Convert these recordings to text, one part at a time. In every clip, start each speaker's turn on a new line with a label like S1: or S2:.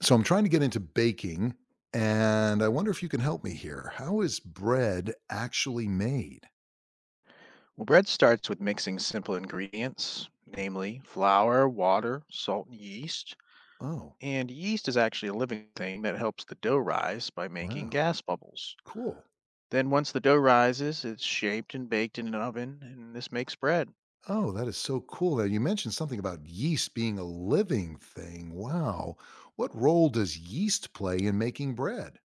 S1: So I'm trying to get into baking, and I wonder if you can help me here. How is bread actually made?
S2: Well, bread starts with mixing simple ingredients, namely flour, water, salt, and yeast.
S1: Oh,
S2: And yeast is actually a living thing that helps the dough rise by making
S1: wow.
S2: gas bubbles.
S1: Cool.
S2: Then, once the dough rises, it's shaped and baked in an oven, and this makes bread.
S1: Oh, that is so cool. Now, you mentioned something about yeast being a living thing. Wow. What role does yeast play in making bread?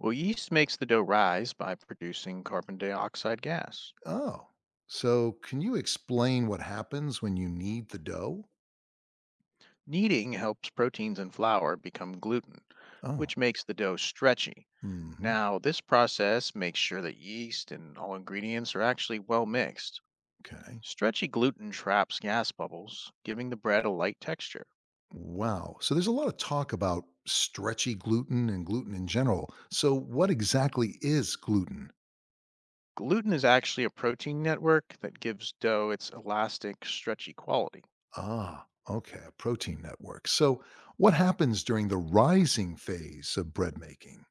S2: Well, yeast makes the dough rise by producing carbon dioxide gas.
S1: Oh, so can you explain what happens when you knead the dough?
S2: Kneading helps proteins in flour become gluten,
S1: Oh,
S2: which makes the dough stretchy.
S1: hmm,
S2: Now, this process makes sure that yeast and all ingredients are actually well mixed.
S1: okay.
S2: Stretchy gluten traps gas bubbles, giving the bread a light texture.
S1: Wow. So there's a lot of talk about stretchy gluten and gluten in general. So what exactly is gluten?
S2: Gluten is actually a protein network that gives dough its elastic, stretchy quality.
S1: Ah, okay, a protein network. So what happens during the rising phase of bread making?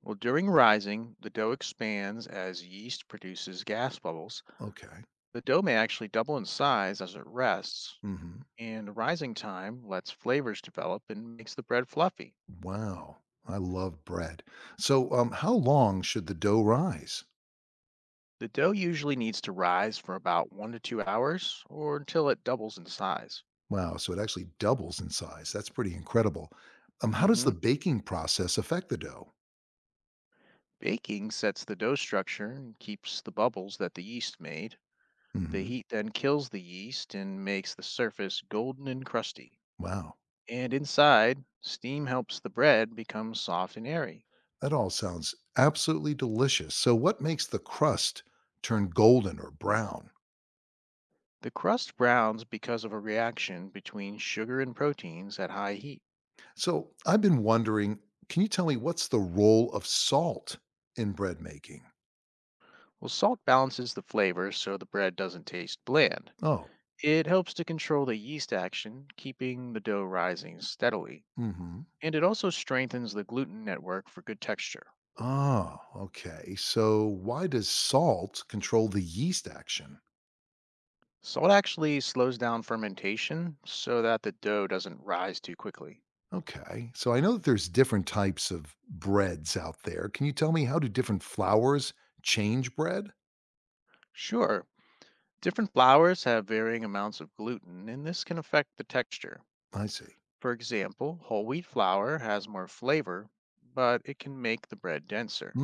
S2: Well, during rising, the dough expands as yeast produces gas bubbles.
S1: Okay.
S2: The dough may actually double in size as it rests,
S1: Hmm.
S2: and rising time lets flavors develop and makes the bread fluffy.
S1: Wow. I love bread. So how long should the dough rise?
S2: The dough usually needs to rise for about 1 to 2 hours or until it doubles in size.
S1: Wow. So it actually doubles in size. That's pretty incredible. How does the
S2: Hmm.
S1: baking process affect the dough?
S2: Baking sets the dough structure and keeps the bubbles that the yeast made. The
S1: Hmm.
S2: heat then kills the yeast and makes the surface golden and crusty.
S1: Wow.
S2: And inside, steam helps the bread become soft and airy.
S1: That all sounds absolutely delicious. So, what makes the crust turn golden or brown?
S2: The crust browns because of a reaction between sugar and proteins at high heat.
S1: So, I've been wondering, can you tell me what's the role of salt in bread making?
S2: Well, salt balances the flavor so the bread doesn't taste bland.
S1: Oh,
S2: It helps to control the yeast action, keeping the dough rising steadily.
S1: mm hmm.
S2: And it also strengthens the gluten network for good texture.
S1: Ah, okay. So, why does salt control the yeast action?
S2: Salt actually slows down fermentation so that the dough doesn't rise too quickly.
S1: Okay. So, I know that there's different types of breads out there. Can you tell me, how do different flours change bread?
S2: Sure, different flours have varying amounts of gluten, and this can affect the texture.
S1: I see.
S2: For example, whole wheat flour has more flavor, but it can make the bread denser,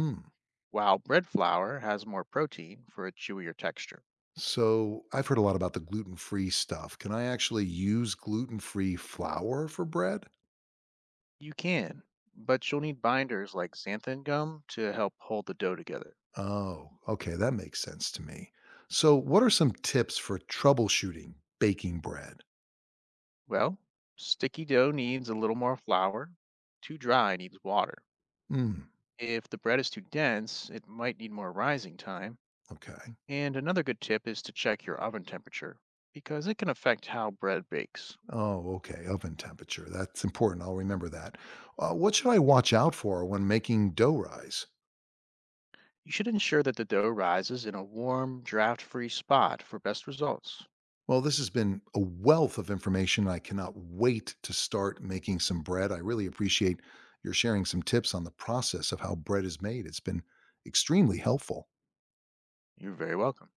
S2: while bread flour has more protein for a chewier texture.
S1: So I've heard a lot about the gluten free stuff. Can I actually use gluten free flour for bread?
S2: You can, but you'll need binders like xanthan gum to help hold the dough together.
S1: Oh, okay. That makes sense to me. So, what are some tips for troubleshooting baking bread?
S2: Well, sticky dough needs a little more flour, too dry needs water.
S1: Hmm.
S2: If the bread is too dense, it might need more rising time.
S1: Okay.
S2: And another good tip is to check your oven temperature because it can affect how bread bakes.
S1: Oh, okay. Oven temperature. That's important. I'll remember that. What should I watch out for when making dough rise?
S2: You should ensure that the dough rises in a warm, draft free spot for best results.
S1: Well, this has been a wealth of information. I cannot wait to start making some bread. I really appreciate your sharing some tips on the process of how bread is made. It's been extremely helpful.
S2: You're very welcome.